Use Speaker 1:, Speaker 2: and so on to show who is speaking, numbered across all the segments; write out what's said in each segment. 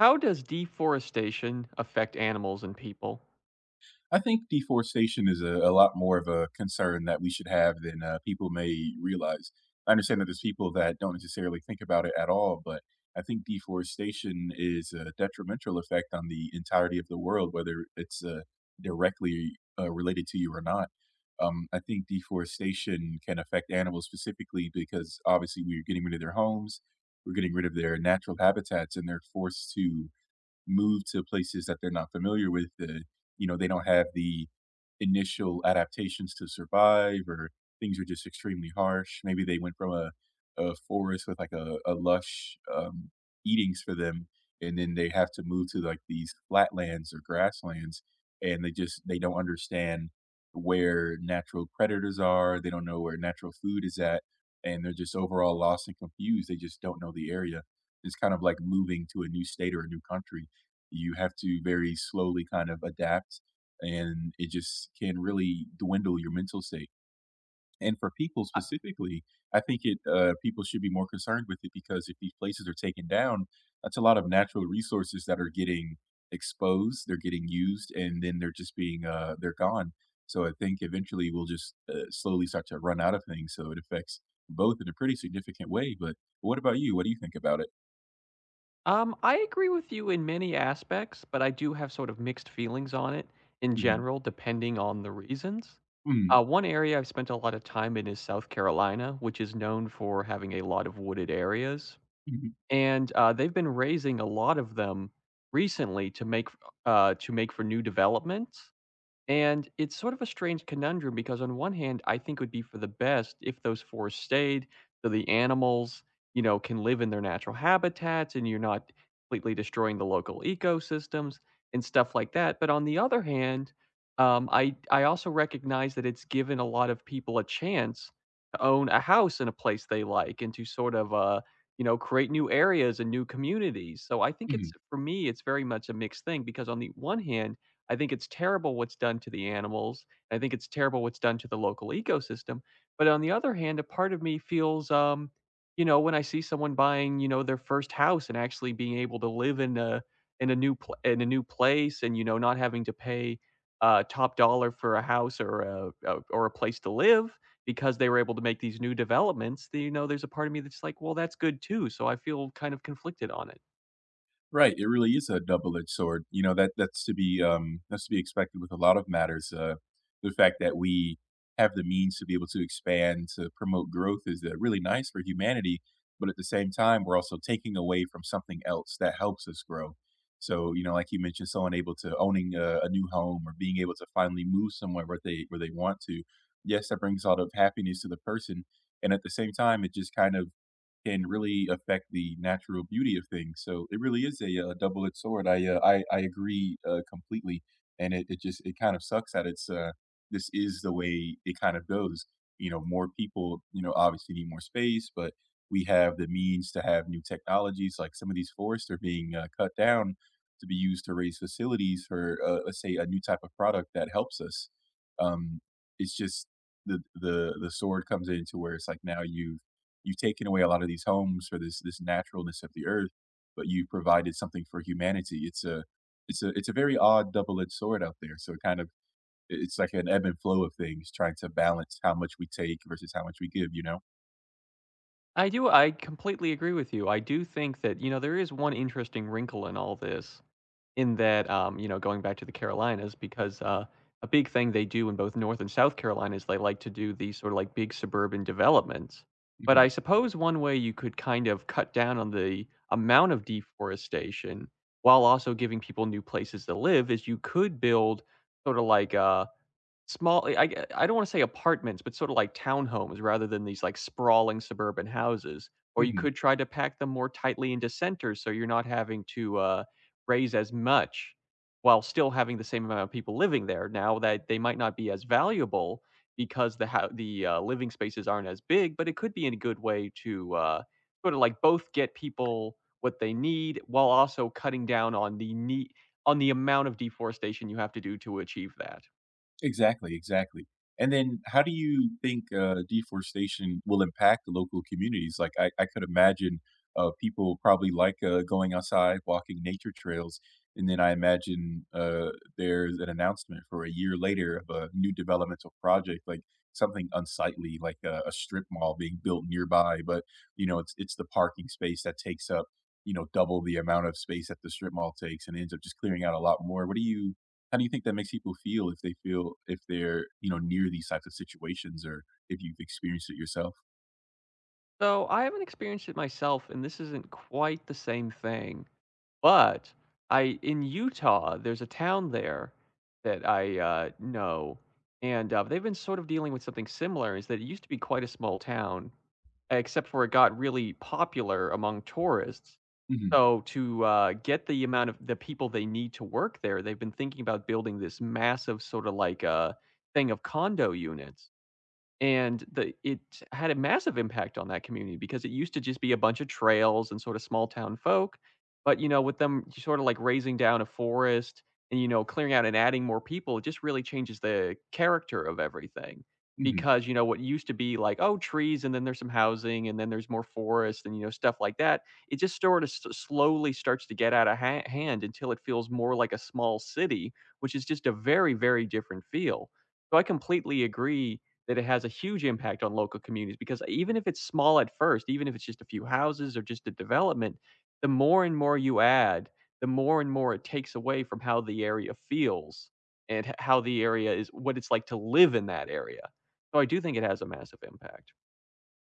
Speaker 1: How does deforestation affect animals and people?
Speaker 2: I think deforestation is a lot more of a concern that we should have than people may realize. I understand that there's people that don't necessarily think about it at all, but I think deforestation is a detrimental effect on the entirety of the world, whether it's directly related to you or not. I think deforestation can affect animals specifically because obviously we're getting rid of their homes, we're getting rid of their natural habitats, and they're forced to move to places that they're not familiar with, they don't have the initial adaptations to survive, or things are just extremely harsh. Maybe they went from a forest with like a lush eatings for them, and then they have to move to like these flatlands or grasslands, and they just they don't understand where natural predators are, they don't know where natural food is at, and they're just overall lost and confused, they just don't know the area. It's kind of like moving to a new state or a new country. You have to very slowly kind of adapt, and it just can really dwindle your mental state. And for people
Speaker 1: Uh,
Speaker 2: specifically, I think it people should be more concerned with it because if these places are taken down, that's a lot of natural resources that are getting exposed, they're getting used, and then they're just being they're gone. So I think eventually we'll just slowly start to run out of things. So it affects both in a pretty significant way. But what about you? What do you think about it?
Speaker 1: I agree with you in many aspects, but I do have sort of mixed feelings on it in
Speaker 2: hmm
Speaker 1: general, depending on the reasons.
Speaker 2: hmm
Speaker 1: One area I've spent a lot of time in is South Carolina, which is known for having a lot of wooded areas,
Speaker 2: hmm
Speaker 1: and they've been raising a lot of them recently to to make for new developments. And it's sort of a strange conundrum because on one hand, I think it would be for the best if those forests stayed, so the animals, you know, can live in their natural habitats and you're not completely destroying the local ecosystems and stuff like that. But on the other hand, I also recognize that it's given a lot of people a chance to own a house in a place they like and to sort of create new areas and new communities. So I think it's
Speaker 2: hmm
Speaker 1: for me, it's very much a mixed thing because on the one hand I think it's terrible what's done to the animals. I think it's terrible what's done to the local ecosystem. But on the other hand, a part of me feels, when I see someone buying their first house and actually being able to live in a in a new place, and not having to pay top dollar for a house or a place to live because they were able to make these new developments. There's a part of me that's like, well, that's good too. So I feel kind of conflicted on it.
Speaker 2: Right, it really is a double-edged sword. You know, that's to be, that's to be expected with a lot of matters. The fact that we have the means to be able to expand, to promote growth is, really nice for humanity, but at the same time, we're also taking away from something else that helps us grow. So, you know, like you mentioned, someone able to owning a new home or being able to finally move somewhere where they want to. Yes, that brings a lot of happiness to the person, and at the same time, it just kind of can really affect the natural beauty of things. So it really is a, double-edged sword. I agree, completely, and it kind of sucks that this is the way it kind of goes. You know, more people, you know, obviously need more space, but we have the means to have new technologies. Like some of these forests are being, cut down to be used to raise facilities for, let's say, a new type of product that helps us. Um, it's just the sword comes into where it's like now you've taken away a lot of these homes for this naturalness of the earth, but you provided something for humanity. It's a very odd double-edged sword out there. So it kind of I it's like an ebb and flow of things, trying to balance how much we take versus how much we give, you know?
Speaker 1: I completely agree with you. I do think that, you know, there is one interesting wrinkle in all this in that, going back to the Carolinas, because a big thing they do in both North and South Carolina is they like to do these sort of like big suburban developments. But
Speaker 2: Mhm,
Speaker 1: I suppose one way you could kind of cut down on the amount of deforestation while also giving people new places to live is you could build sort of like small I don't wanna say apartments, but sorta like townhomes rather than these, like, sprawling suburban houses, or you
Speaker 2: mhm.
Speaker 1: could try to pack them more tightly into centers so you're not having to, raise as much while still having the same amount of people living there. Now that they might not be as valuable because the living spaces aren't as big, but it could be in a good way to, sorta like both get people what they need while also cutting down on the need on the amount of deforestation you have to do to achieve that.
Speaker 2: Exactly, exactly. And then how do you think, deforestation will impact the local communities? Like, I could imagine, people probably like, going outside, walking nature trails, and then I imagine, there's an announcement for a year later of a new developmental project, like something unsightly, like a strip mall being built nearby, but, you know, it's the parking space that takes up, you know, double the amount of space that the strip mall takes and ends up just clearing out a lot more. What do you How do you think that makes people feel if they're, you know, near these types of situations, or if you've experienced it yourself?
Speaker 1: So I haven't experienced it myself, and this isn't quite the same thing. But I in Utah, there's a town there that I know, and they've been sort of dealing with something similar. Is that it used to be quite a small town, except for it got really popular among tourists.
Speaker 2: Mhm,
Speaker 1: So to get the amount of the people they need to work there, they've been thinking about building this massive sort of like thing of condo units and the it had a massive impact on that community because it used to just be a bunch of trails and sort of small town folk, but, you know, with them sort of like raising down a forest and, you know, clearing out and adding more people, it just really changes the character of everything.
Speaker 2: mhm.
Speaker 1: Because, you know, what used to be like, oh, trees, and then there's some housing, and then there's more forest, and, you know, stuff like that. It just sort of slowly starts to get out of hand until it feels more like a small city, which is just a very, very different feel. So I completely agree that it has a huge impact on local communities because even if it's small at first, even if it's just a few houses or just a development, the more and more you add, the more and more it takes away from how the area feels and how the area is what it's like to live in that area. So I do think it has a massive impact.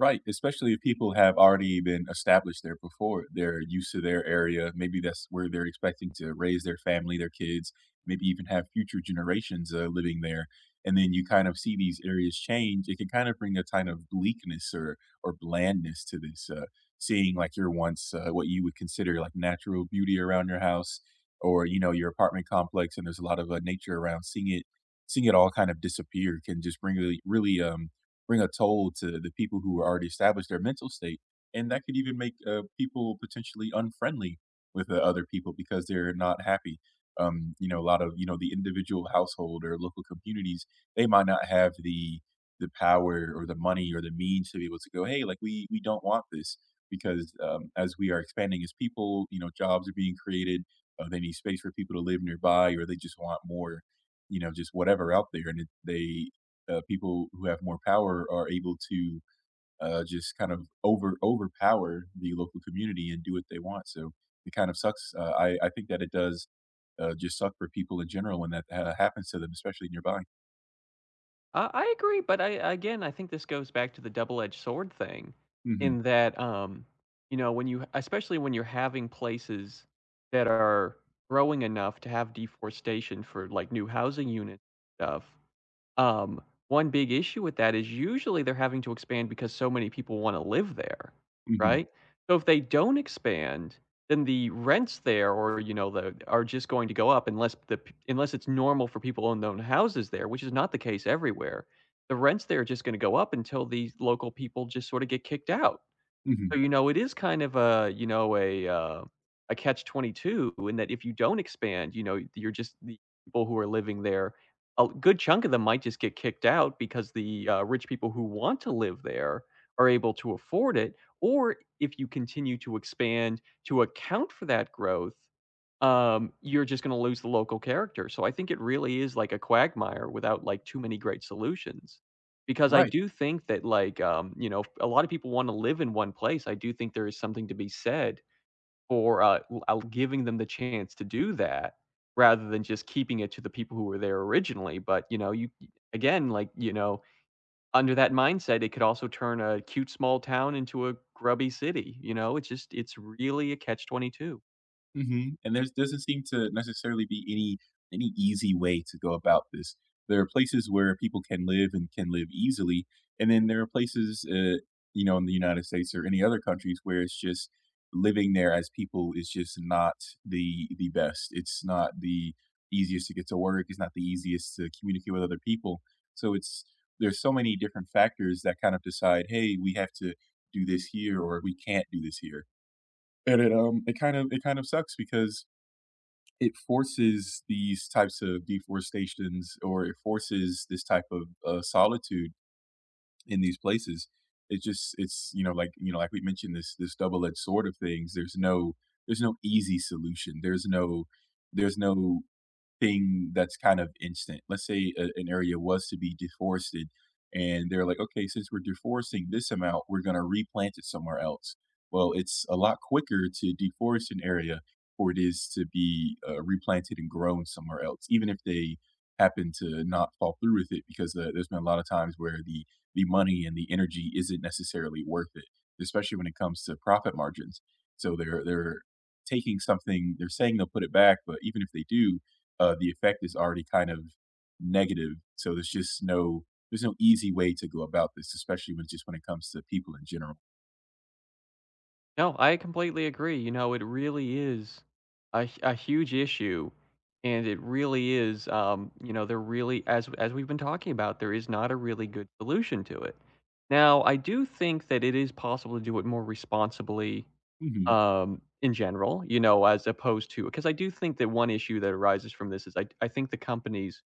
Speaker 2: Right, especially if people have already been established there before. They're used to their area. Maybe that's where they're expecting to raise their family, their kids, maybe even have future generations living there. And then you kind of see these areas change. It can kind of bring a kind of bleakness or blandness to this. Seeing like your once what you would consider like natural beauty around your house, or you know, your apartment complex, and there's a lot of nature around. Seeing it all kind of disappear can just bring really really bring a toll to the people who are already established, their mental state, and that could even make, people potentially unfriendly with, other people because they're not happy. You know, a lot of, you know, the individual household or local communities, they might not have the power or the money or the means to be able to go, "Hey, like, we don't want this," because, as we are expanding as people, you know, jobs are being created, they need space for people to live nearby, or they just want more, you know, just whatever out there, and it they people who have more power are able to just kind of overpower the local community and do what they want. So it kind of sucks. I think that it does just suck for people in general when that happens to them, especially nearby.
Speaker 1: I agree, but I again, I think this goes back to the double-edged sword thing
Speaker 2: hmm
Speaker 1: in that, when you especially when you're having places that are growing enough to have deforestation for, like, new housing unit stuff, um, one big issue with that is usually they're having to expand because so many people wanna live there,
Speaker 2: hmm
Speaker 1: right? So if they don't expand, then the rents there or, you know, the are just going to go up unless the p unless it's normal for people to own their own houses there, which is not the case everywhere. The rents there are just gonna go up until these local people just sorta get kicked out. So,
Speaker 2: hmm
Speaker 1: you know, it is kind of a catch-22 in that if you don't expand, you know, you're just the people who are living there, a good chunk of them might just get kicked out because the rich people who want to live there are able to afford it, or if you continue to expand to account for that growth, you're just gonna lose the local character. So I think it really is like a quagmire without like too many great solutions. Because I
Speaker 2: Right.
Speaker 1: do think that like a lot of people want to live in one place. I do think there is something to be said for giving them the chance to do that rather than just keeping it to the people who were there originally. But you know, you again, like you know, under that mindset, it could also turn a cute small town into a grubby city. You know, it's just it's really a catch 22.
Speaker 2: Mhm, and there doesn't seem to necessarily be any easy way to go about this. There are places where people can live and can live easily, and then there are places, you know, in the United States or any other countries where it's just living there as people is just not the the best. It's not the easiest to get to work, it's not the easiest to communicate with other people. So it's there's so many different factors that kind of decide, "Hey, we have to do this here," or "We can't do this here." And it kind of sucks because it forces these types of deforestations, or it forces this type of solitude in these places. It just it's you know, like you know, like we mentioned, this double edged sword of things. There's no easy solution. There's no thing that's kind of instant. Let's say an area was to be deforested, and they're like, okay, since we're deforesting this amount, we're going to replant it somewhere else. Well, it's a lot quicker to deforest an area for it is to be replanted and grown somewhere else, even if they happen to not fall through with it, because there's been a lot of times where the money and the energy isn't necessarily worth it, especially when it comes to profit margins. So they're taking something, they're saying they'll put it back, but even if they do, the effect is already kind of negative. So there's just no there's no easy way to go about this, especially when just when it comes to people in general.
Speaker 1: No, I completely agree. You know, it really is a huge issue, and it really is, there really, as we've been talking about, there is not a really good solution to it. Now, I do think that it is possible to do it more responsibly,
Speaker 2: Mhm,
Speaker 1: in general, you know, as opposed to because I do think that one issue that arises from this is I think the companies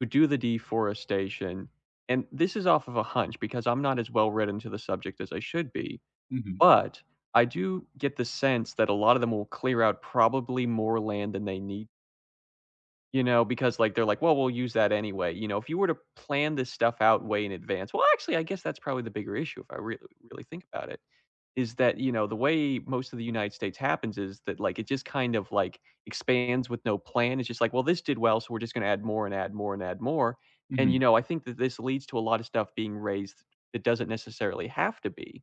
Speaker 1: who do the deforestation, and this is off of a hunch because I'm not as well read into the subject as I should be
Speaker 2: mhm,
Speaker 1: but I do get the sense that a lot of them will clear out probably more land than they need, because, like, they're like, "Well, we'll use that anyway." You know, if you were to plan this stuff out way in advance well, actually, I guess that's probably the bigger issue if I really, really think about it, is that, you know, the way most of the United States happens is that, like, it just kind of, like, expands with no plan. It's just like, "Well, this did well, so we're just gonna add more and add more and add more." And,
Speaker 2: mhm.
Speaker 1: I think that this leads to a lot of stuff being raised that doesn't necessarily have to be.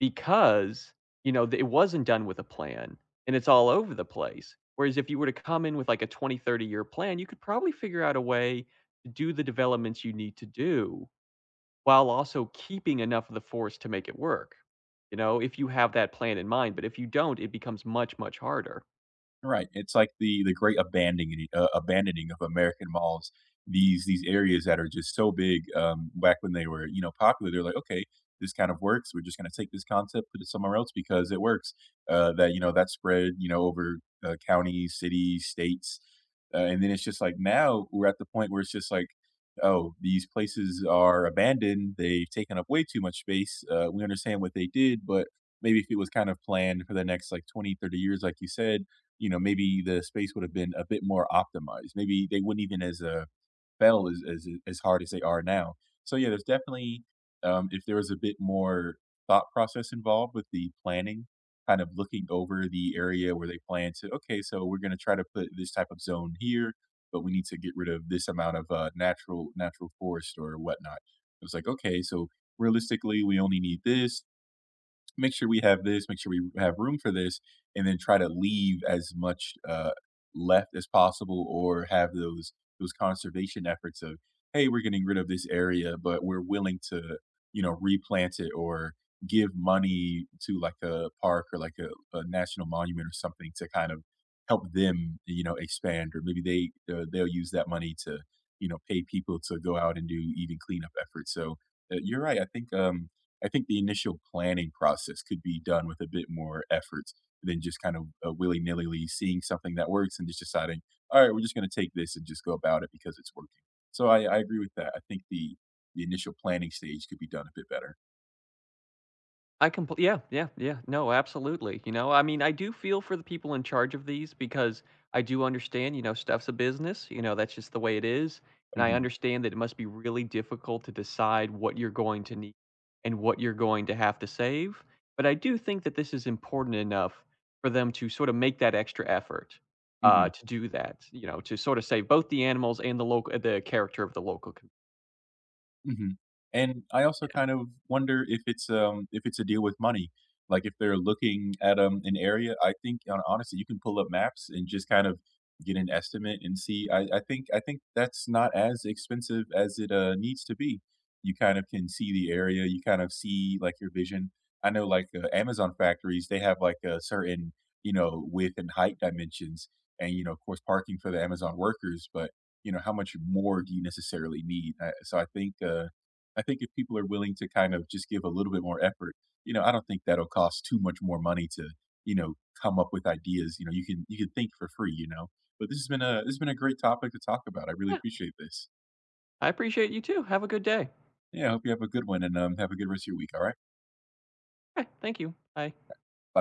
Speaker 1: Because, you know, th it wasn't done with a plan, and it's all over the place. Whereas if you were to come in with, like, a 20, 30-year plan, you could probably figure out a way to do the developments you need to do, while also keeping enough of the force to make it work, you know, if you have that plan in mind, but if you don't, it becomes much, much harder.
Speaker 2: Right, it's like the great abandoning abandoning of American malls. These areas that are just so big, back when they were, you know, popular, they're like, "Okay, this kind of works. We're just gonna take this concept, put it somewhere else because it works." That, you know, that spread, you know, over, counties, cities, states, and then it's just like now we're at the point where it's just like, "Oh, these places are abandoned. They've taken up way too much space. We understand what they did, but maybe if it was kind of planned for the next, like, 20-30 years, like you said, you know, maybe the space would have been a bit more optimized. Maybe they wouldn't even as fell as as hard as they are now. So yeah, there's definitely if there was a bit more thought process involved with the planning, kind of looking over the area where they plan to. Okay, so we're going to try to put this type of zone here, but we need to get rid of this amount of natural natural forest or whatnot. It was like okay, so realistically, we only need this, make sure we have this, make sure we have room for this, and then try to leave as much left as possible, or have those conservation efforts of, hey, we're getting rid of this area, but we're willing to, you know, replant it, or give money to like a park or like a national monument or something to kind of help them, you know, expand, or maybe they'll use that money to, you know, pay people to go out and do even cleanup efforts. So you're right. I think the initial planning process could be done with a bit more efforts than just kind of willy nilly seeing something that works and just deciding, all right, we're just going to take this and just go about it because it's working. So I agree with that. I think the initial planning stage could be done a bit better.
Speaker 1: I compl yeah, yeah, yeah. No, absolutely. You know, I mean, I do feel for the people in charge of these because I do understand, you know, stuff's a business, that's just the way it is, and I
Speaker 2: hmm
Speaker 1: understand that it must be really difficult to decide what you're going to need and what you're going to have to save, but I do think that this is important enough for them to sort of make that extra effort,
Speaker 2: hmm
Speaker 1: to do that, to sort of save both the animals and the character of the local commu
Speaker 2: Mhm. And I also
Speaker 1: Yeah.
Speaker 2: kind of wonder if it's a deal with money. Like, if they're looking at, an area, I think, honestly, you can pull up maps and just kind of get an estimate and see. I think that's not as expensive as it, needs to be. You kind of can see the area, you kind of see, like, your vision. I know, like, Amazon factories, they have, like, a certain, you know, width and height dimensions, and, you know, of course, parking for the Amazon workers, but you know, how much more do you necessarily need? So I think if people are willing to kind of just give a little bit more effort, you know, I don't think that'll cost too much more money to, you know, come up with ideas. You know, you can think for free, you know. But this has been a great topic to talk about. I really
Speaker 1: Yeah,
Speaker 2: appreciate this.
Speaker 1: I appreciate you too. Have a good day.
Speaker 2: Yeah, I hope you have a good one, and have a good rest of your week. All right.
Speaker 1: Bye, thank you. Bye.
Speaker 2: Bye.